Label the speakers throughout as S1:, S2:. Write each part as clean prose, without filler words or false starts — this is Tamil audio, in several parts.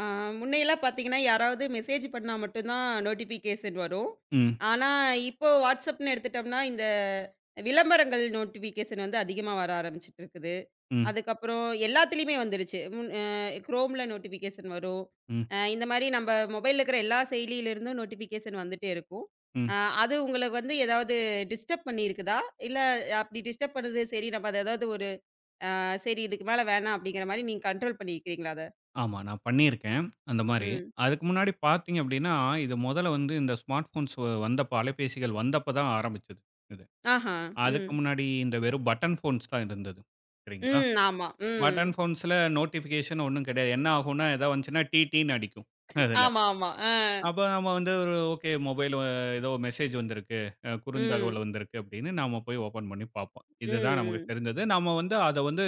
S1: ஆ முன்னையெல்லாம் பார்த்தீங்கன்னா, யாராவது மெசேஜ் பண்ணா மட்டும் தான் நோட்டிஃபிகேஷன் வரும்.
S2: ம்,
S1: ஆனா, இப்போ வாட்ஸ்அப்ன்னு எடுத்துட்டோம்னா, இந்த விளம்பரங்கள் நோட்டிஃபிகேஷன் வந்து அதிகமா வர ஆரம்பிச்சுட்டு இருக்குது.
S2: ம்,
S1: அதுக்கப்புறம் எல்லாத்துலயுமே வந்துருச்சு. முன் Chromeல நோட்டிஃபிகேஷன் வரும்.
S2: ம்,
S1: இந்த மாரி நம்ப மொபைல்ல இருக்கிற எல்லா செயலியிலிருந்தும் நோட்டிஃபிகேஷன் வந்துட்டே இருக்கும்.
S2: ம்.
S1: அ அது உங்களுக்கு வந்து ஏதாவது டிஸ்டர்ப் பண்ணியிருக்குதா? இல்ல அப்படி டிஸ்டர்ப் பண்ணுது சரி நம்ம அத ஏதாவது ஒரு சரி இதுக்கு மேல வேணாம் அப்படிங்கிற மாரி நீங்க கண்ட்ரோல் பண்ணியிருக்கிறீங்களா அத?
S2: ஆமா. நான் பண்ணியிருக்கேன், அந்த மாரி.
S1: ம்.
S2: அதுக்கு முன்னாடி பார்த்தீங்க அப்படின்னா, இது மொதல்ல வந்து இந்த ஸ்மார்ட் ஃபோன்ஸ் வந்தப்ப அலைபேசிகள் வந்தப்ப தான் ஆரம்பிச்சது, இது.
S1: ஆஹா. ம்.
S2: அதுக்கு முன்னாடி இந்த வெறும் பட்டன் ஃபோன்ஸ் தான் இருந்தது. சரிங்களா?
S1: ம். ஆமா. ம்.
S2: பட்டன் ஃபோன்ஸ்ல நோட்டிஃபிகேஷன் ஒண்ணும் கிடையாது. என்ன ஆகும்னா, ஏதாவது வந்துச்சுன்னா, டி, டி ன்னு அடிக்கும். அதுல.
S1: ஆமா, ஆமா. ஆ.
S2: அப்ப நம்ம வந்து ஒரு ஓகே மொபைல் ஏதோ மெசேஜ் வந்திருக்கு.
S1: ம்.
S2: குறுந்தகவல் வந்திருக்கு அப்படின்னு நாம போய் ஓப்பன் பண்ணி பார்ப்போம். இதுதான் நமக்கு
S1: ம். ம்.
S2: தெரிஞ்சது. நாம வந்து அத வந்து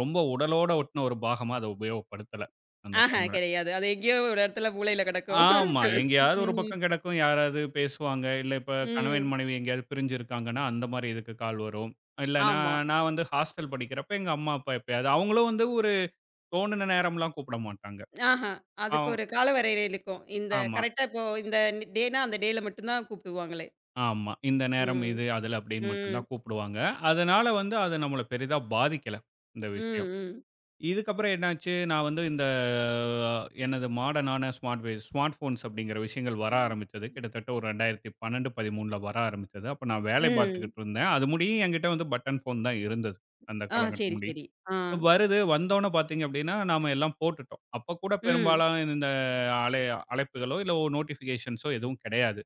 S2: ரொம்ப உடலோட ஒட்டின ஒரு பாகமா அத உபயோகப்படுத்தல. அந்த
S1: ஆஹா
S2: டைம்ல.
S1: கிடையாது. அது எங்கேயோ ஒரு இடத்துல மூலையில கிடக்கும்.
S2: ஆமா. எங்கேயாவது ஒரு
S1: ம்.
S2: பக்கம் கிடக்கும். யாராவது பேசுவாங்க. இல்ல இப்ப கணவன்
S1: ம்.
S2: மனைவி எங்கேயாவது பிரிஞ்சிருக்காங்கன்னா, அந்த மாரி இதுக்கு கால் வரும். இல்லனா
S1: ஆமா.
S2: நான் நான் வந்து ஹாஸ்டல் படிக்கிறப்ப எங்க அம்மா, அப்பா எப்பயாவது அவங்களும் வந்து ஒரு தோணுன நேரம்லாம் கூப்பிட மாட்டாங்க.
S1: ஆஹா. அதுக்கு
S2: அவ்
S1: ஒரு கால வரையறை இருக்கும். இந்த
S2: ஆமா.
S1: கரெக்ட்டா இப்போ இந்த டேனா அந்த டேல மட்டும் தான் கூப்பிடுவாங்களே.
S2: ஆமா. இந்த நேரம்
S1: ம்.
S2: இது, அதுல அப்படின்னு மட்டும்
S1: ம்.
S2: தான் கூப்பிடுவாங்க. அதனால வந்து அது நம்மள பெரிதா பாதிக்கல, இந்த விஷயம்.
S1: ம்.
S2: இதுக்கப்புறம் என்னாச்சு, நான் வந்து இந்த எனது மாடர்னான ஸ்மார்ட் ஸ்மார்ட் ஃபோன்ஸ் அப்படிங்கிற விஷயங்கள் வர
S1: ம்.
S2: ஆரம்பிச்சது. கிட்டத்தட்ட ஒரு 2012, 13ல வர ஆரம்பிச்சது. அப்ப நான் வேலை
S1: ம்.
S2: பார்த்துக்கிட்டு இருந்தேன். அது முடியும் என்கிட்ட வந்து பட்டன் ஃபோன் தான் இருந்தது. அந்த
S1: ஆ
S2: காலகட்டம்
S1: சரி,
S2: முடியும்.
S1: சரி. ஆ.
S2: வருது வந்தோனே பார்த்தீங்க அப்படின்னா, நாம எல்லாம் போட்டுட்டோம். அப்ப கூட
S1: ம்.
S2: பெரும்பாலும் இந்த அலை அழைப்புகளோ, இல்ல நோட்டிஃபிகேஷன்ஸோ எதுவும் கிடையாது.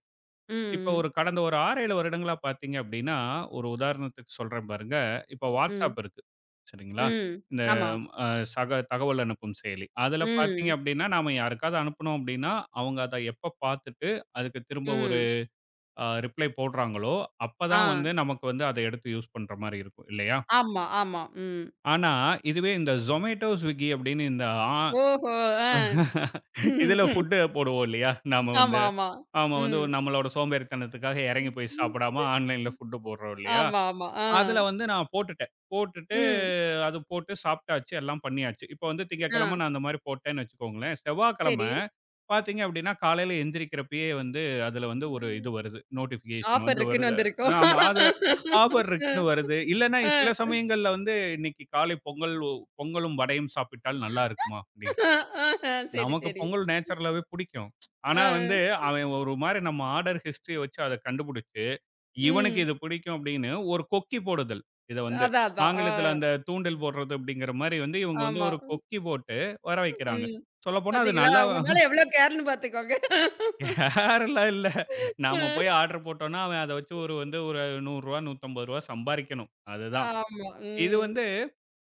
S1: ம்.
S2: இப்ப
S1: ம்.
S2: ஒரு கடந்த ஒரு 6, 7 வருடங்களா பார்த்தீங்க அப்படின்னா, ஒரு உதாரணத்துக்கு சொல்றேன் பாருங்க. இப்ப WhatsApp
S1: ம்.
S2: இருக்கு. சரிங்களா?
S1: ம்.
S2: இந்த
S1: ஆமா.
S2: அ சக தகவல் அனுப்பும் செயலி. அதுல பார்த்தீங்க
S1: ம்.
S2: அப்படின்னா, நாம யாருக்காவது அனுப்புனோம் அப்படின்னா, அவங்க அத எப்ப பார்த்துட்டு, அதுக்கு திரும்ப ஒரு
S1: ம்.
S2: ரிப்ளை போடுறாங்களோ,
S1: ஆ.
S2: அப்பதான் வந்து நமக்கு வந்து அத எடுத்து யூஸ் பண்ற மாரி இருக்கும். இல்லையா?
S1: ஆமா, ஆமா. ம்.
S2: ஆனா, இதுவே இந்த Zomato, Swiggy அப்படின்னு இந்த
S1: ஓஹோ! ஆ.
S2: இதுல ஃபுட் போடுவோம் இல்லையா? நாம வந்து
S1: ஆமா, ஆமா.
S2: ஆமா. வந்து
S1: ம்.
S2: ஒரு நம்மளோட சோம்பேறித்தனத்துக்காக இறங்கி போய் சாப்பிடாம ஆன்லைன்ல ஃபுட் போடுறோம் இல்லையா?
S1: ஆமா, ஆமா. ஆ.
S2: அதுல வந்து நான் போட்டுட்டேன். போட்டுட்டு
S1: ம்.
S2: அது போட்டு சாப்பிட்டாச்சு, எல்லாம் பண்ணியாச்சு. இப்போ வந்து
S1: ஆ.
S2: திங்கட்கிழமை நான் அந்த மாரி போட்டேன்னு வச்சுக்கோங்களேன்.
S1: சரி.
S2: செவ்வாய்க்கிழமை பார்த்தீங்க அப்படின்னா, காலையில எந்திரிக்கிறப்பயே வந்து அதுல வந்து ஒரு இது வருது. நோட்டிஃபிகேஷன்
S1: ஆஃபர்
S2: வந்து
S1: இருக்குன்னு
S2: வருது.
S1: வந்திருக்கும்.
S2: ஆமா. அது ஆஃபர் இருக்குன்னு வருது. இல்லன்னா
S1: அ.
S2: சில
S1: அ.
S2: சமயங்கள்ல வந்து இன்னைக்கு காலை பொங்கல் பொங்கலும் வடையும் சாப்பிட்டால் நல்லா இருக்குமா? அப்படின்னு.
S1: ஆஹ. சரி,
S2: நமக்கு
S1: சரி.
S2: பொங்கல் நேச்சுரலாவே பிடிக்கும்.
S1: ஆ.
S2: ஆனா வந்து அவன் ஒரு மாரி நம்ம ஆர்டர் ஹிஸ்டரிய வச்சு அத கண்டுபிடிச்சு, இவனுக்கு
S1: ம்.
S2: இது பிடிக்கும் அப்படின்னு ஒரு கொக்கி போடுதல். இத வந்து
S1: அதான், அதான். ஆ.
S2: ஆங்கிலத்தில அந்த தூண்டில் போடுறது அப்படிங்கிற மாரி வந்து இவங்க வந்து
S1: ஆமா.
S2: ஒரு கொக்கி போட்டு வர வைக்கிறாங்க.
S1: ம்.
S2: சொல்லப்போனா அது
S1: பாத்தீங்களா?
S2: நல்லா
S1: உங்க மேல எவ்ளோ கேர்ன்னு பாத்துக்கோங்க.
S2: வேறலாம் இல்ல. நாம போய் ஆர்டர் போட்டோம்னா அவன் அத வச்சு ஒரு வந்து ஒரு ரூ. 100 ரூ. 150 சம்பாரிக்கணும். அதுதான்.
S1: ஆமா.
S2: இது
S1: ம்.
S2: வந்து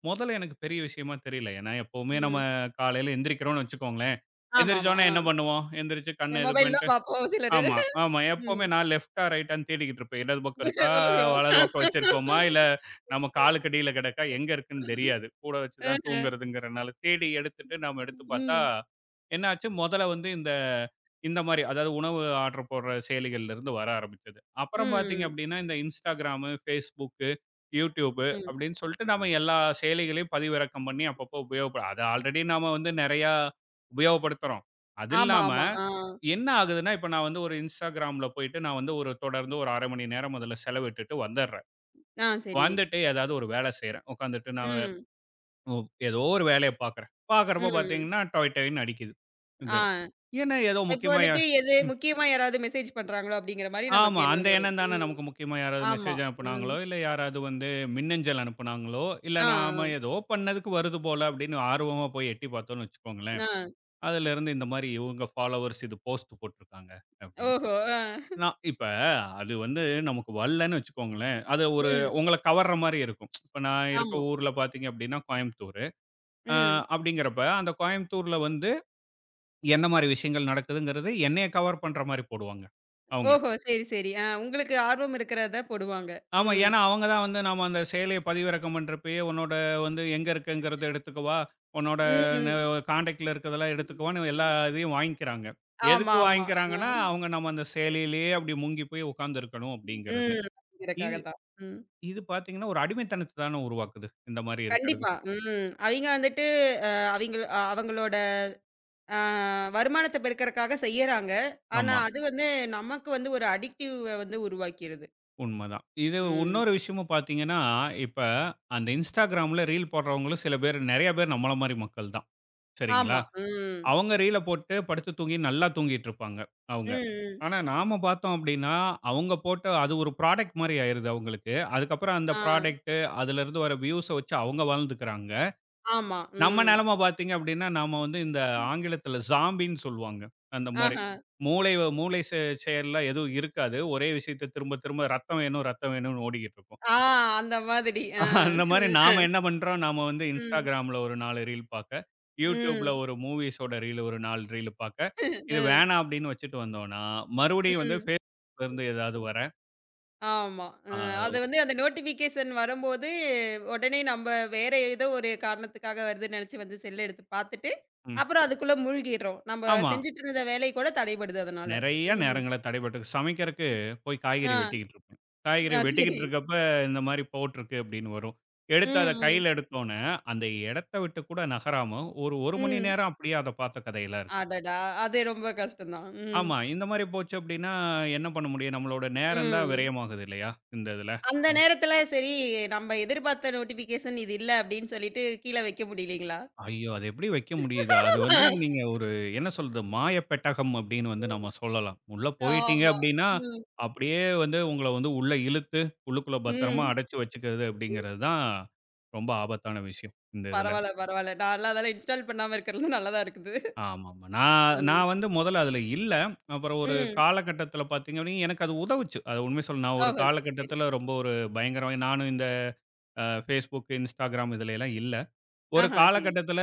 S2: முதல்ல எனக்கு பெரிய விஷயமா தெரியல. ஏன்னா, எப்பவுமே நம்ம
S1: ம்.
S2: காலையில எந்திரிக்கிறோம்னு வச்சுக்கோங்களேன். எந்திரிச்ச
S1: ஆமாமா.
S2: உடனே
S1: ஆ.
S2: என்ன பண்ணுவோம்? எந்திரிச்சு கண்ண இது
S1: மொபைல்
S2: பண்ணிட்டு
S1: தான் பாப்போம் சிலரு.
S2: ஆமா, ஆமா. எப்பவுமே
S1: ம்.
S2: நான் லெஃப்ட்டா, ரைட்டான்னு தேடிக்கிட்டு இருப்பேன். இடது பக்கம் இருக்கா?
S1: ఓహో!
S2: வலது பக்கம் வச்சிருக்கோமா? இல்ல நம்ம காலுக்கு அடியில கிடக்கா? எங்க இருக்குன்னு தெரியாது. கூட வச்சு தான்
S1: ஆஹ.
S2: தூங்குறதுங்கிறனால, தேடி எடுத்துட்டு நாம எடுத்து பார்த்தா,
S1: ம்.
S2: என்ன ஆச்சு? மொதல்ல வந்து இந்த இந்த மாரி, அதாவது உணவு ஆர்டர் போடுற செயலிகள்லேருந்து வர ஆரம்பிச்சது. அப்புறம் பார்த்தீங்க
S1: ம்.
S2: அப்படின்னா, இந்த Instagram, Facebook, YouTube
S1: ம்.
S2: அப்படின்னு சொல்லிட்டு நாம எல்லா செயலிகளையும் பதிவிறக்கம் பண்ணி அப்பப்போ அத ஆல்ரெடி நாம வந்து நெறையா உபயோகப்படுத்துறோம். அது
S1: ஆமா,
S2: இல்லாம
S1: ஆமா. ஆ.
S2: என்ன ஆகுதுன்னா, இப்ப நான் வந்து ஒரு Instagramல போயிட்டு, நான் வந்து ஒரு தொடர்ந்து ஒரு 1/2 மணி நேரம் முதல்ல செலவிட்டுட்டு வந்துடுறேன்.
S1: ஆ சரி.
S2: வந்துட்டு ஏதாவது ஒரு வேலை செய்றேன். உட்காந்துட்டு நான்
S1: ம்.
S2: ஒ ஏதோ ஒரு வேலைய பார்க்குறேன். பார்க்குறப்போ
S1: ம்.
S2: பார்த்தீங்கன்னா, டொய் டொய்ன்னு அடிக்குது. இந்த
S1: ஆ.
S2: ஏன்னா ஏதோ
S1: இப்ப
S2: முக்கியமா
S1: வந்துட்டு எது
S2: ம்.
S1: முக்கியமா யாராவது மெசேஜ் பண்றாங்களோ அப்படிங்கிற மாரி
S2: ஆமா.
S1: நமக்கு
S2: அந்த
S1: எண்ணம் வரும்.
S2: எண்ணம் தானே
S1: ம்.
S2: நமக்கு முக்கியமா யாராவது
S1: ஆமா.
S2: மெசேஜ்
S1: ம்.
S2: அனுப்புனாங்களோ, இல்ல யாராவது வந்து மின்னஞ்சல் அனுப்புனாங்களோ, இல்ல
S1: ஆ,
S2: நாம
S1: ஆ.
S2: ஏதோ பண்ணதுக்கு வருது போல அப்படின்னு ஆர்வமா போய் எட்டி பார்த்தோம்னு வச்சுக்கோங்களேன்.
S1: ஆ.
S2: அதுலேருந்து இந்த மாரி இவங்க ஃபாலோவர்ஸ் இது போஸ்ட் போட்டுருக்காங்க அப்படின்னு.
S1: ஓஹோ! ஆ.
S2: நான் இப்ப அது வந்து நமக்கு வரலன்னு வச்சுக்கோங்களேன். அது ஒரு
S1: ம்.
S2: உங்கள கவர்ற மாரி இருக்கும். இப்ப நான் இருக்க
S1: ஆமா.
S2: ஊர்ல பார்த்தீங்க அப்படின்னா கோயம்புத்தூரு. அ
S1: ம்.
S2: அப்படிங்கிறப்ப அந்த கோயம்புத்தூர்ல வந்து என்ன மாரி விஷயங்கள் நடக்குதுங்கிறது என்னைய கவர் பண்ற மாரி போடுவாங்க அவங்க.
S1: ஓஹோ! சரி, சரி. ஆ உங்களுக்கு ஆர்வம் இருக்கிறத போடுவாங்க.
S2: ஆமா.
S1: ம்.
S2: ஏன்னா அவங்க தான் வந்து நாம அந்த செயலிய பதிவிறக்கம் பண்றப்பயே உன்னோட வந்து எங்க இருக்குங்கிறத எடுத்துக்கவா, உன்னோட ந
S1: ம்.
S2: கான்டாக்ட்ல இருக்கிறதெல்லாம் எடுத்துக்கவான்னு எல்லா இதையும் வாங்கிக்கிறாங்க.
S1: ஆமா,
S2: எதுக்கு
S1: ஆமா. ஆ.
S2: வாங்கிக்கிறாங்கன்னா, அவங்க நம்ம அந்த செயலியிலேயே அப்படி மூங்கி போய் உட்கார்ந்துருக்கணும் அப்படிங்கிறது.
S1: ம். அதுக்காக
S2: இது
S1: தான். ம்.
S2: இது பார்த்தீங்கன்னா, ஒரு அடிமைத்தனத்த தான உருவாக்குது. இந்த மாரி இருக்கிறது.
S1: கண்டிப்பா. ம். அவிங்க வந்துட்டு அ அவிங்கள் அவங்களோட அ வருமானத்த பெருக்கறக்காக செய்யறாங்க. ஆனா,
S2: ஆமா,
S1: அது வந்து நமக்கு வந்து ஒரு அடிக்டிவ் வந்து உருவாக்கிருது.
S2: உண்மதான். இது
S1: ம்.
S2: இன்னொரு விஷயமும் பார்த்தீங்கன்னா, இப்ப அந்த Instagramல ரீல் போடுறவங்களும் சில பேர் நெறைய பேர் நம்மள மாரி மக்கள் தான். சரிங்களா?
S1: ஆமா. ம்.
S2: அவங்க ரீல போட்டு படுத்து தூங்கி நல்லா தூங்கிட்டு இருப்பாங்க,
S1: ம்,
S2: அவங்க.
S1: ம்.
S2: ஆனா நாம பார்த்தோம் அப்டின்னா, அவங்க போட்ட அது ஒரு ப்ராடக்ட் மாரி ஆயிருது அவங்களுக்கு. அதுக்கப்புறம் அந்த
S1: ஆ.
S2: ப்ராடக்ட் அதுலருந்து வர வியூஸ வச்சு அவங்க வாழ்ந்துக்கிறாங்க.
S1: ஆமா.
S2: நம்ம
S1: ம்.
S2: நெலம பாத்தீங்க அப்டின்னா, நாம வந்து இந்த ஆங்கிலத்துல ஸாம்பின்னு சொல்லுவாங்க. அந்த மாரி.
S1: ஆஹ.
S2: மூளை வ- மூளை செ செயல்லாம் எதுவும் இருக்காது. ஒரே விஷயத்த திரும்ப திரும்ப ரத்தம் வேணும், ரத்தம் வேணும்னு ஓடிக்கிட்டு இருக்கும்.
S1: ஆ அந்த மாதிரி. அ.
S2: அந்த மாரி நாம என்ன பண்றோம், நாம வந்து
S1: ம்.
S2: Instagramல ஒரு 4 ரீல் பாக்க, YouTubeல
S1: ம்.
S2: ஒரு மூவிஸோட ரீல் ஒரு 4 ரீல் பாக்க, இது
S1: அ.
S2: வேணாம் அப்டின்னு வச்சுட்டு வந்தோம்னா, மறுபடியும் வந்து
S1: ம்.
S2: Facebookல இருந்து ஏதாவது வர,
S1: ஆமா. அது
S2: ஆ.
S1: வந்து அந்த நோட்டிஃபிகேஷன் வரும்போது, உடனே நம்ப வேற ஏதோ ஒரு காரணத்துக்காக வருதுன்னு நெனச்சு வந்து செல்ல எடுத்து பாத்துட்டு,
S2: ம்.
S1: அப்புறம் அதுக்குள்ள மூழ்கிர்றோம். நம்ப
S2: ஆமா.
S1: செஞ்சுட்டு இருந்த வேலை கூட தடைபடுது அதனால.
S2: நெறைய
S1: ம்.
S2: நேரங்கள தடைபட்டு சமைக்கிறக்கு போய் காய்கறி
S1: ஆ,
S2: வெட்டிக்கிட்டு இருப்பேன். காய்கறி
S1: ஆ சரி.
S2: வெட்டிக்கிட்டு இருக்கப்ப, இந்த மாரி போட்டிருக்கு அப்படின்னு வரும். எடுத்து
S1: ம்,
S2: அத
S1: ம்,
S2: கையில எடுத்தோனே, அந்த இடத்த விட்டு கூட நகராம ஒரு 1 மணி
S1: ம்.
S2: நேரம் அப்படியே அத பார்த்த கதையெல்லாம் இருக்கு.
S1: அடடா! அது ரொம்ப கஷ்டம் தான். ம்,
S2: ஆமா. இந்த மாரி போச்சு அப்படின்னா, என்ன பண்ண முடியும்? நம்மளோட நேரம் தான்
S1: ம்.
S2: விரயமாகுது இல்லையா? இந்த இதுல.
S1: அந்த நேரத்துல சரி நம்ம எதிர்பார்த்த நோட்டிஃபிகேஷன் இது இல்ல அப்டின்னு சொல்லிட்டு கீழ வைக்க முடியலைங்களா?
S2: ஐயோ! அது எப்படி வைக்க முடியுது? அது வந்து நீங்க ஒரு என்ன சொல்றது? மாயப்பெட்டகம் அப்படின்னு வந்து நம்ம சொல்லலாம். உள்ள போயிட்டீங்க
S1: ஆமா.
S2: அப்படின்னா,
S1: ம்,
S2: அப்படியே வந்து உங்கள வந்து உள்ள இழுத்து, உள்ளுக்குள்ள பத்திரமா
S1: ம்.
S2: அடைச்சு வச்சுக்கிறது அப்படிங்கிறது தான் ரொம்ப ஆபத்தான விஷயம், இந்த இதுல.
S1: பரவால்ல, பரவால்ல. நான்லாம் அதெல்லாம் இன்ஸ்டால் பண்ணாம இருக்கிறது நல்லா தான் இருக்குது.
S2: ஆமாமா. நான்
S1: ம்.
S2: நான் வந்து முதல்ல அதுல இல்ல. அப்புறம் ஒரு
S1: ம்.
S2: காலகட்டத்தில பார்த்தீங்க அப்படின்னா, எனக்கு அது உதவுச்சு. அது உண்மைய சொல்லணும். நான் ஒரு
S1: ஓஹோ! சரி, சரி.
S2: காலகட்டத்தில ரொம்ப ஒரு பயங்கரமா நானும் இந்த Facebook, Instagram இதுலலாம் இல்ல. ஒரு
S1: ஆஹா, சரி.
S2: காலகட்டத்தில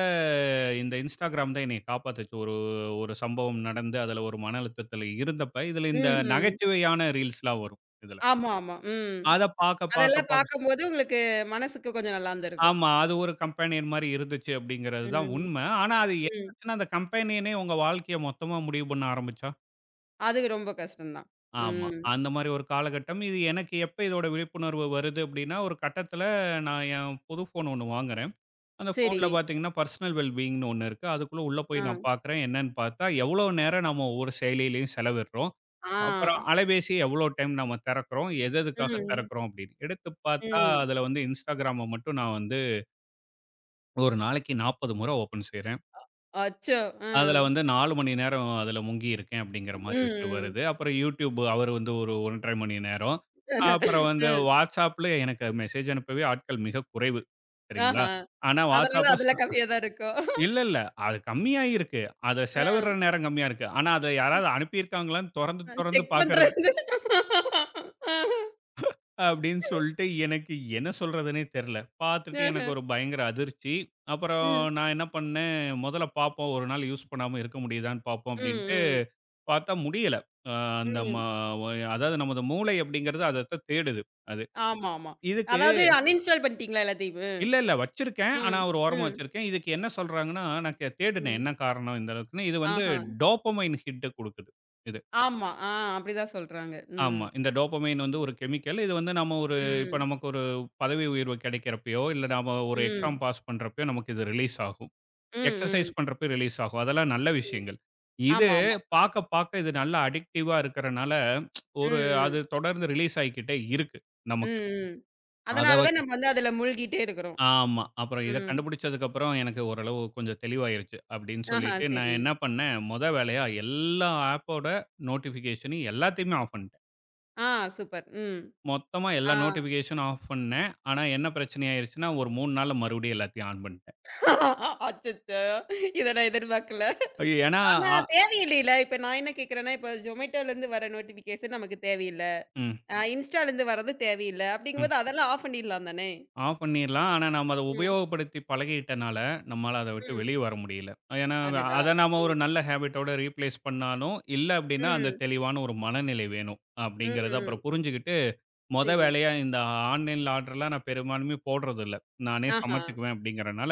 S2: இந்த Instagram தான் என்னைய காப்பாத்துச்சு. ஒரு ஒரு சம்பவம் நடந்து, அதில ஒரு மன அழுத்தத்தில இருந்தப்ப, இதில இந்த
S1: ம்ஹ்ம்.
S2: நகைச்சுவையான ரீல்ஸ்லாம் வரும் இதில.
S1: ஆமா, ஆமா. ம்.
S2: அத பாக்க பாக்க
S1: அதெல்லாம்
S2: பாக்க
S1: பார்க்கும்போது உங்களுக்கு மனசுக்கு கொஞ்சம் நல்லா இருந்திருக்கும்.
S2: ஆமா. அது ஒரு கம்பேனியன் மாரி இருந்துச்சு அப்படிங்கிறது தான்
S1: ம்.
S2: உண்ம. ஆனா அது
S1: ம்.
S2: என்னாச்சுன்னா, அந்த கம்பேனியனே உங்க வாழ்க்கைய மொத்தமா முடிவு பண்ண ஆரம்பிச்சா?
S1: அது ரொம்ப கஷ்டம் தான்.
S2: ஆமா.
S1: ம்.
S2: அந்த மாரி ஒரு காலகட்டம். இது எனக்கு எப்ப இதோட விழிப்புணர்வு வருது அப்படின்னா, ஒரு கட்டத்தில நான் என் புது ஃபோன் ஒண்ணு வாங்குறேன். அந்த
S1: சரி.
S2: ஃபோன்ல பார்த்தீங்கன்னா, பர்சனல் வெல்பீயிங்ன்னு ஒண்ணு இருக்கு. அதுக்குள்ள உள்ள
S1: ஆ.
S2: போய் நான் பார்க்குறேன். என்னன்னு பார்த்தா, எவ்வளோ நேரம் நம்ம ஒவ்வொரு செயலியிலயும் செலவிடுறோம்.
S1: ஆ.
S2: அப்புறம் அலைபேசி எவ்வளோ டைம் நம்ம திறக்கிறோம், எது எதுக்காக
S1: ம்.
S2: திறக்கிறோம் அப்படின்னு. எடுத்து பார்த்தா,
S1: ம்.
S2: அதில வந்து Instagramம மட்டும் நான் வந்து ஒரு நாளைக்கு 40 முறை ஓப்பன் செய்றேன்.
S1: அச்சோ!
S2: அதில
S1: ம்.
S2: வந்து 4 மணி நேரம் அதில முங்கி இருக்கேன் அப்படிங்கிற மாரி விஷயம்
S1: ம்.
S2: வருது. அப்புறம் YouTube அவர் வந்து ஒரு 1 1/2 மணி நேரம். அப்புறம் வந்து
S1: ம்.
S2: WhatsAppல எனக்கு மெசேஜ் அனுப்பவே ஆட்கள் மிக குறைவு. சரிங்களா?
S1: ஆஹா.
S2: ஆனா
S1: அதனால
S2: WhatsApp
S1: அதுல கம்மியா தான் இருக்கும்.
S2: இல்ல, இல்ல. அது கம்மியாயிருக்கு. அத
S1: ஆ.
S2: செலவிடுற நேரம் கம்மியா இருக்கு. ஆனா, அத யாராவது அனுப்பியிருக்காங்களான்னு தொறந்து, தொறந்து
S1: செக்
S2: பார்க்கறது
S1: பண்றது. ஆஹ.
S2: அப்படின்னு சொல்லிட்டு எனக்கு என்ன சொல்றதுன்னே தெரியல. பார்த்துட்டு
S1: ஆஹ.
S2: எனக்கு ஒரு பயங்கர அதிர்ச்சி. அப்புறம்
S1: ம்.
S2: நான் என்ன பண்ணேன், முதல்ல பார்ப்போம் ஒரு நாள் யூஸ் பண்ணாம இருக்க முடியுதான்னு பார்ப்போம்
S1: ம்.
S2: அப்படின்ட்டு
S1: ம்.
S2: பார்த்தா முடியல. அ அந்த ம
S1: ம்.
S2: அதாவது நமது மூளை அப்படிங்கிறது அதத்தான் தேடுது அது.
S1: ஆமா, ஆமா.
S2: இதுக்கு
S1: அதாவது அன்இன்ஸ்டால் பண்ணிட்டீங்களா எல்லாத்தையுமே?
S2: இல்ல, இல்ல வச்சிருக்கேன். ஆனா,
S1: ம்,
S2: ஒரு ஓரமா
S1: ம்,
S2: வச்சிருக்கேன். இதுக்கு என்ன சொல்றாங்கன்னா, நான் தேடுனேன்
S1: ம்.
S2: என்ன காரணம் இந்த அளவுக்குன்னு. இது வந்து
S1: ஆஹா.
S2: டோப்பமைன் ஹிட் குடுக்குது.
S1: ஆமா. ஆ அப்படிதான் சொல்றாங்க.
S2: ஆமா.
S1: ம்,
S2: இந்த டோபமைன் வந்து ஒரு கெமிக்கல். இது வந்து நம்ம ஒரு இப்ப
S1: ம்,
S2: நமக்கு ஒரு பதவி உயர்வு கிடைக்கிறப்பயோ, இல்ல நாம ஒரு எக்ஸாம்
S1: ம்,
S2: பாஸ் பண்றப்பயோ நமக்கு இது ரிலீஸ் ஆகும்.
S1: ம், ம்,
S2: எக்ஸர்சைஸ் பண்றப்ப ரிலீஸ் ஆகும். அதெல்லாம் நல்ல
S1: ம்.
S2: விஷயங்கள். இது
S1: ஆமா, ஆமா.
S2: பாக்க பாக்க இது நல்லா அடிக்டிவா இருக்கறனால,
S1: ம்,
S2: ஒரு அது
S1: ம்,
S2: தொடர்ந்து ரிலீஸ் ஆயிக்கிட்டே இருக்கு நமக்கு.
S1: ம், ம்.
S2: அத
S1: அதனால தான்
S2: வச்சு
S1: நம்ம வந்து அதுல மூழ்கிட்டே இருக்கிறோம்.
S2: ஆமா. அப்புறம் இத
S1: ம்.
S2: கண்டுபிடிச்சதுக்கு அப்புறம் எனக்கு ஓரளவு கொஞ்சம் தெளிவாயிருச்சு. அப்படின்னு
S1: ஆஹா,
S2: சொல்லிட்டு நான்
S1: சரி.
S2: என்ன பண்ணேன், மொத வேலையா எல்லா ஆப்போட நோட்டிஃபிகேஷனையும் எல்லாத்தையுமே ஆஃப் பண்ணிட்டேன்.
S1: ஆ சூப்பர். ம்.
S2: மொத்தமா எல்லா
S1: ஆ.
S2: நோட்டிஃபிகேஷனும் ஆஃப் பண்ணேன். ஆனா என்ன பிரச்சனை ஆயிருச்சுன்னா, ஒரு 3 நாள்ல மறுபடியும் எல்லாத்தையும் ஆன் பண்ணிட்டேன்.
S1: அச்சச்சோ! இத நான் எதிர்பார்க்கல.
S2: ஐயோ, ஏன்னா
S1: ஆனா
S2: அ
S1: தேவையில்லைல. இப்ப நான் என்ன கேட்கிறேன்னா, இப்ப Zomatoலருந்து வர நோட்டிஃபிகேஷன் நமக்கு தேவையில்ல.
S2: ம்,
S1: Instaலருந்து வர்றது தேவையில்ல.
S2: ம்.
S1: அப்படிங்கும்போது அதெல்லாம் ஆஃப் பண்ணிடலாம் தானே?
S2: ஆஃப் பண்ணிரலாம். ஆனா நாம அத
S1: ம்.
S2: உபயோகப்படுத்தி பழகிட்டனால, நம்மால அத விட்டு
S1: ம்.
S2: வெளிய வர முடியல. ஏன்னா
S1: அடடா!
S2: அத நாம
S1: ம்.
S2: ஒரு நல்ல ஹேபிட்டோட ரீப்ளேஸ் பண்ணாலும், இல்ல அப்டின்னா அந்த
S1: ம்.
S2: தெளிவான ஒரு மனநிலை வேணும்.
S1: ம்.
S2: அப்டிங்கிறத
S1: ம்.
S2: அப்புறம் புரிஞ்சுகிட்டு, மொத
S1: சரி.
S2: வேலையா இந்த ஆன்லைன்ல ஆர்டர்லாம் நான் பெரும்பாலுமே போடுறதில்ல. நானே
S1: ஆஹா.
S2: சமைச்சுக்குவேன் அப்டிங்கிறனால,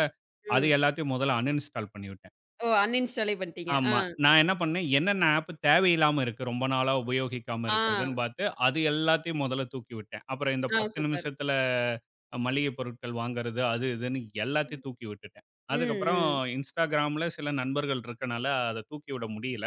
S2: அது
S1: ம்.
S2: எல்லாத்தையும் முதல்ல அன்இன்ஸ்டால் பண்ணிவிட்டேன்.
S1: ஓ! அன்இன்ஸ்டாலே பண்ணிட்டீங்க. ஆ.
S2: ஆமா. நான் என்ன பண்ணேன், என்னென்ன ஆப் தேவையில்லாம இருக்கு, ரொம்ப நாளா உபயோகிக்காம
S1: ஆ.
S2: இருக்கிறதுன்னு பார்த்து, அது எல்லாத்தையும் முதல்ல தூக்கி விட்டேன். அப்புறம் இந்த
S1: ஆ
S2: 10
S1: சூப்பர்.
S2: நிமிஷத்துல மளிகை பொருட்கள் வாங்குறது, அது இதுன்னு
S1: ம்.
S2: எல்லாத்தையும் தூக்கி விட்டுட்டேன். அதுக்கப்புறம்
S1: ம்.
S2: Instagramல சில நண்பர்கள் இருக்கனால, அத தூக்கி விட முடியல.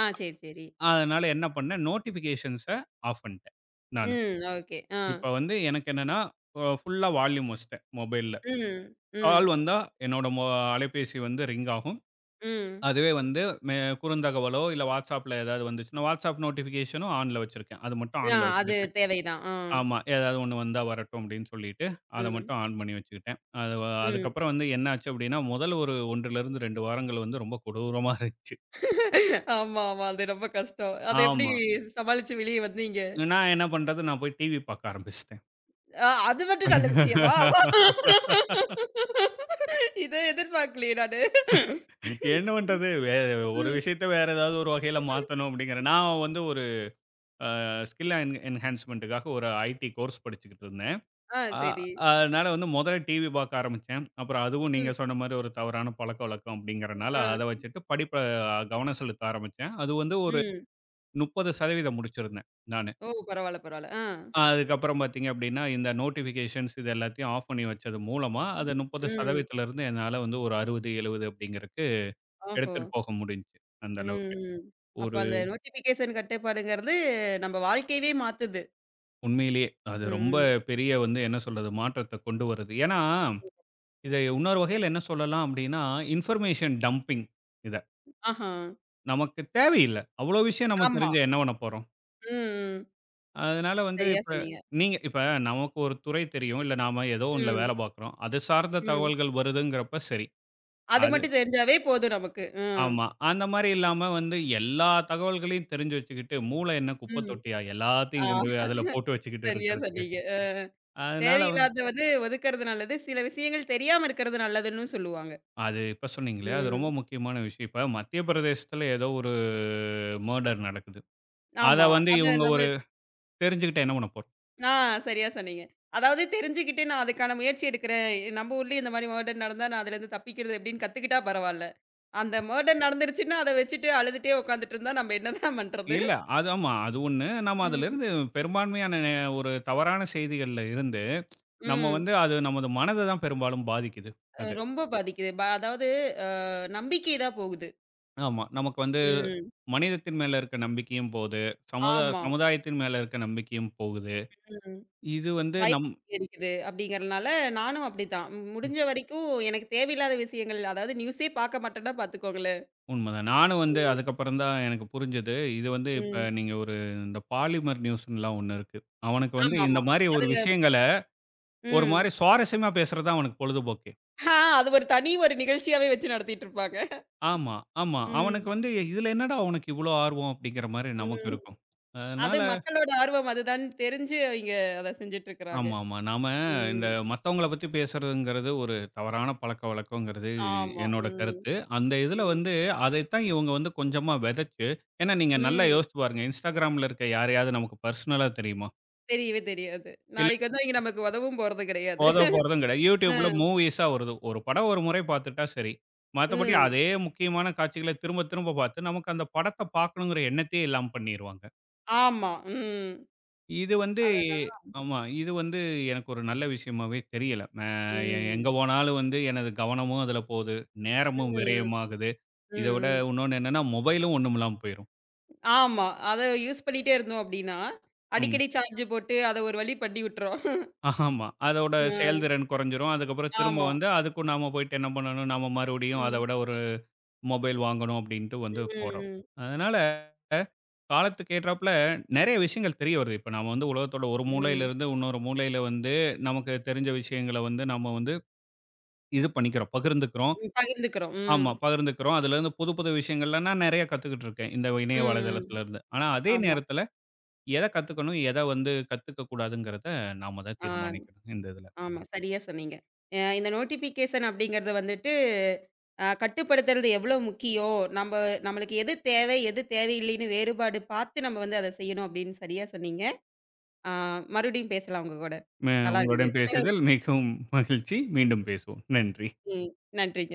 S1: ஆ சரி, சரி.
S2: அதனால என்ன பண்ணேன், நோட்டிஃபிகேஷன்ஸ ஆஃப் பண்ணிட்டேன் நானு.
S1: ம். ஓகே. ஆ.
S2: இப்ப வந்து எனக்கு என்னன்னா, ஃபுல்லா வால்யூம் வச்சுட்டேன் மொபைல்ல.
S1: ம். ம்.
S2: கால் வந்தா என்னோட அலைபேசி வந்து ரிங் ஆகும்.
S1: ம்.
S2: அதுவே வந்து மெ குறுந்தகவலோ, இல்ல WhatsAppல ஏதாவது வந்துச்சுன்னா, WhatsApp நோட்டிஃபிகேஷனும் ஆன்ல வச்சிருக்கேன். அது மட்டும்
S1: ஆ
S2: ஆன்ல
S1: அது
S2: வச்சிருக்கேன்.
S1: தேவைதான். ஆ.
S2: ஆமா. ஏதாவது ஒண்ணு வந்தா வரட்டும் அப்படின்னு சொல்லிட்டு, அத
S1: ம்.
S2: மட்டும் ஆன் பண்ணி வச்சுக்கிட்டேன்.
S1: ம்.
S2: அதுக்கப்புறம் வந்து என்ன ஆச்சு அப்படின்னா, முதல் ஒரு 1லிருந்து 2 வாரங்கள் வந்து ரொம்ப கொடூரமா இருந்துச்சு.
S1: ஆமா, ஆமா. அது ரொம்ப கஷ்டம். அத எப்படி
S2: ஆமா.
S1: சமாளிச்சு வெளிய வந்தீங்க?
S2: நான் என்ன பண்றது, நான் போய் டிவி பார்க்க ஆரம்பிச்சுட்டேன்.
S1: அது மட்டும் நல்ல விஷயமா? இத எதிர்பார்க்கலையே நானு.
S2: என்ன பண்றது? ஒரு
S1: ம்.
S2: விஷயத்த வேற ஏதாவது ஒரு வகையில மாத்தணும் அப்படிங்கிற நான் வந்து ஒரு அ ஸ்கில் என்ஹான்ஸ்மென்ட்டுக்காக ஒரு ஐடி கோர்ஸ் படிச்சுக்கிட்டு இருந்தேன்.
S1: ஆ,
S2: அ
S1: சரி.
S2: அதனால வந்து மொதல்ல டிவி பாக்க ஆரம்பிச்சேன். அப்புறம் அதுவும் நீங்க
S1: ம்.
S2: சொன்ன மாரி ஒரு தவறான பழக்கவழக்கம் அப்படிங்கிறனால,
S1: ஆ.
S2: அத வச்சுட்டு படிப்ப கவனம் செலுத்த ஆரம்பிச்சேன். அது வந்து ஒரு
S1: ம்.
S2: 30% முடிச்சிருந்தேன் நானு.
S1: ஓ! பரவால்ல, பரவால்ல. ஆ.
S2: அதுக்கப்புறம் பாத்தீங்க அப்படின்னா, இந்த நோட்டிஃபிகேஷன்ஸ் இது எல்லாத்தையும் ஆஃப் பண்ணி வச்சது மூலமா, அத
S1: ம்.
S2: 30%லேருந்து என்னால வந்து ஒரு 60, 70 அப்படிங்கிறக்கு
S1: ஓஹோ!
S2: எடுத்துட்டு போக முடிஞ்சுச்சு. அந்த
S1: ம்,
S2: அளவுக்கு.
S1: ம். அப்ப
S2: ஒரு
S1: அந்த நோட்டிஃபிகேஷன் கட்டுப்பாடுங்கிறது நம்ம வாழ்க்கையவே மாத்துது.
S2: உண்மையிலேயே அது ரொம்ப
S1: ம்.
S2: பெரிய வந்து என்ன சொல்றது, மாற்றத்த கொண்டு வருது. ஏன்னா, இத இன்னொரு வகையில என்ன சொல்லலாம் அப்படின்னா, இன்ஃபர்மேஷன் டம்பிங் இத.
S1: ஆஹா.
S2: நமக்கு தேவையில்ல. அவ்ளோ விஷயம் நம்ம
S1: ஆமா.
S2: தெரிஞ்சு என்ன பண்ண போறோம்?
S1: ம், ம்.
S2: அதனால வந்து
S1: சரியா
S2: இப்ப
S1: சொன்னீங்க.
S2: நீங்க இப்ப நமக்கு ஒரு துறை தெரியும். இல்ல நாம ஏதோ ஒண்ணுல
S1: ம்,
S2: வேலை பார்க்குறோம். அது சார்ந்த
S1: ம்.
S2: தகவல்கள் வருதுங்கிறப்ப சரி.
S1: அது
S2: அது
S1: மட்டும் தெரிஞ்சாவே போதும் நமக்கு. ம்,
S2: ஆமா. அந்த மாரி இல்லாம வந்து எல்லா தகவல்களையும் தெரிஞ்சு வச்சுக்கிட்டு, மூளை என்ன குப்பை
S1: ம்.
S2: தொட்டியா?
S1: ஆ
S2: எல்லாத்தையும் கொண்டு போய் அதுல போட்டு வச்சுக்கிட்டு
S1: சரியா
S2: இருக்கிறதுக்கு.
S1: சொன்னீங்க.
S2: அதனால வ
S1: தேவையில்லாத வந்து ஒதுக்குறது நல்லது. சில விஷயங்கள் தெரியாம இருக்கிறது நல்லதுன்னும் சொல்லுவாங்க.
S2: அது இப்ப சொன்னீங்களே, அது ரொம்ப
S1: ம்.
S2: முக்கியமான விஷயம். இப்ப மத்திய பிரதேசத்துல ஏதோ ஒரு மர்டர் நடக்குது. அத
S1: ஆமா.
S2: வந்து
S1: அத
S2: இவங்க
S1: நம்ம
S2: ஒரு தெரிஞ்சுகிட்டு என்ன பண்ண போறோம்?
S1: ஆ சரியா சொன்னீங்க. அதாவது தெரிஞ்சுக்கிட்டு நான் அதுக்கான முயற்சி எடுக்கிறேன். நம்ம ஊர்லயும் இந்த மாரி மர்டர் நடந்தா நான் அதுலருந்து தப்பிக்கிறது எப்படின்னு கத்துக்கிட்டா பரவால்ல. அந்த மர்டர் நடந்துருச்சுன்னா அத வச்சுட்டு அழுதுட்டே உட்காந்துட்டு இருந்தா நம்ம என்னதான் பண்றது?
S2: இல்ல. அது ஆமா. அது ஒண்ணு. நம்ம
S1: ம்.
S2: அதிலிருந்து பெரும்பான்மையான ஒரு தவறான செய்திகள்ல இருந்து, நம்ம
S1: ம்.
S2: வந்து அது நமது மனத தான் பெரும்பாலும் பாதிக்குது. அது.
S1: ரொம்ப பாதிக்குது. அதாவது அ நம்பிக்கை தான் போகுது.
S2: ஆமா. நமக்கு வந்து
S1: ம்.
S2: மனிதத்தின் மேல இருக்க நம்பிக்கையும் போது.
S1: ஆமா.
S2: சமுதாயத்தின் மேல இருக்க நம்பிக்கையும் போகுது.
S1: ம்.
S2: இது வந்து
S1: பயம்
S2: நம்
S1: அதிகரிக்குது அப்படிங்கிறனால நானும் அப்படித்தான். ம்,
S2: ம்
S1: முடிஞ்ச வரைக்கும் எனக்கு தேவையில்லாத விஷயங்கள் அதாவது நியூஸே பார்க்க மாட்டேன்னா பார்த்துக்கோங்களேன்.
S2: உண்மதான். நானும் வந்து அதுக்கப்புறம் தான் எனக்கு புரிஞ்சது. இது வந்து இப்ப
S1: ம்.
S2: நீங்க ஒரு இந்த பாலிமர் நியூஸ்ன்லாம் ஒண்ணு இருக்கு. அவனுக்கு வந்து இந்த
S1: ஆமாமா.
S2: மாரி ஒரு
S1: அதுல
S2: விஷயங்கள ஒரு
S1: ம்.
S2: மாரி சுவாரஸ்யமா பேசுறது தான் அவனுக்கு பொழுதுபோக்கு.
S1: ஆ அது ஒரு தனி ஒரு நிகழ்ச்சியாவே வச்சு நடத்திட்டு இருப்பாங்க.
S2: ஆமா, ஆமா. அவனுக்கு
S1: ம்,
S2: வந்து "இதுல என்னடா உனக்கு இவ்ளோ ஆர்வம்?" அப்படிங்கிற மாரி நமக்கு
S1: ம்.
S2: இருக்கும்.
S1: அது
S2: அதனால
S1: மக்களோட ஆர்வம் அதுதான்னு தெரிஞ்சு அவிங்க அத செஞ்சுட்டு இருக்கிறாங்க.
S2: ஆமா, ஆமா. நாம இந்த
S1: ம்.
S2: மத்தவங்கள பத்தி பேசுறதுங்கிறது ஒரு தவறான பழக்கவழக்கங்கிறது
S1: ஆமா.
S2: என்னோட
S1: ம்,
S2: கருத்து. அந்த இதுல
S1: ம்,
S2: வந்து அதைத்தான் இவங்க வந்து கொஞ்சமா வெதைச்சு ஏன்னா நீங்க நல்லா
S1: ம்.
S2: யோசிச்சு பாருங்க. Instagramல இருக்க யாரையாவது நமக்கு பெர்சனலா தெரியுமா?
S1: தெரியவே தெரியாது.
S2: இல்ல
S1: நாளைக்கு வந்து அவிங்க நமக்கு உதவும் போறது கிடையாது.
S2: போத போறதும் கிடையாது. YouTubeல
S1: அ,
S2: மூவிஸா வருது. ஒரு படம் ஒரு முறை பார்த்துட்டா சரி. மத்தபடி
S1: ம்.
S2: அதே முக்கியமான காட்சிகள திரும்ப திரும்ப பார்த்து நமக்கு அந்த படத்த பார்க்கணுங்கிற எண்ணத்தையே இல்லாம பண்ணிருவாங்க.
S1: ஆமா. ம்.
S2: இது வந்து
S1: அதனால
S2: ஆமா. இது வந்து எனக்கு ஒரு நல்ல விஷயமாவே தெரியல. அ எ
S1: ம்,
S2: எங்க போனாலும் வந்து எனது கவனமும் அதுல போகுது. நேரமும்
S1: ம்,
S2: விரயமாகுது. இத விட
S1: ம்.
S2: இன்னொன்னு என்னன்னா, மொபைலும் ஒண்ணும் இல்லாம போயிரும்.
S1: ஆமா. அத யூஸ் பண்ணிட்டே இருந்தோம் அப்டின்னா,
S2: ம்.
S1: அடிக்கடி சார்ஜ் போட்டு அத ஒரு வழி பண்ணி விட்டுரும்.
S2: ஆமா. அதோட
S1: ம்.
S2: செயல்திறன் குறைஞ்சிரும். அதுக்கப்புறம் திரும்ப
S1: ஆமா.
S2: வந்து அதுக்கும் நாம போயிட்டு என்ன பண்ணணும், நாம மறுபடியும் அத
S1: ம்,
S2: விட ஒரு மொபைல் வாங்கணும் அப்படின்ட்டு
S1: ம்,
S2: வந்து போறோம்.
S1: ம்,
S2: அதனால காலத்துக்கு ஏற்றாப்புல நெறைய விஷயங்கள் தெரிய வருது. இப்ப நாம வந்து உலகத்தோட ஒரு
S1: ம்.
S2: மூலையிலிருந்து இன்னொரு மூலையில வந்து நமக்கு தெரிஞ்ச விஷயங்கள வந்து நாம வந்து இது பண்ணிக்கிறோம். பகிர்ந்துக்கிறோம்.
S1: ம். பகிர்ந்துக்கிறோம். ம்.
S2: ஆமா, பகிர்ந்துக்கிறோம். அதுலேருந்து புது, புது விஷயங்கள்லாம் நான் நெறைய கத்துக்கிட்டு இருக்கேன். இந்த இணைய
S1: ம், ம்.
S2: வலைதளத்திலருந்து. ஆனா அதே
S1: ஆமா.
S2: நேரத்தில எத கத்துக்கணும், எத வந்து கத்துக்க கூடாதுங்கிறத நாம தான்
S1: ஆ,
S2: தீர்மானிக்கணும் இந்த இதில.
S1: ஆமா. சரியா சொன்னீங்க. இந்த நோட்டிஃபிகேஷன் அப்படிங்கிறது வந்துட்டு, கட்டுப்படுத்துறது எவ்வளோ முக்கியம். நம்ப நம்மளுக்கு எது தேவை, எது தேவையில்லைன்னு வேறுபாடு பார்த்து நம்ம வந்து அத செய்யணும் அப்படின்னு சரியா சொன்னீங்க. ஆ மறுபடியும் பேசலாம் உங்க கூட. நல்லா இருக்குது.
S2: உங்களுடன் பேசுதல் மிகவும் மகிழ்ச்சி. மீண்டும் பேசுவோம். நன்றி.
S1: ம். நன்றி.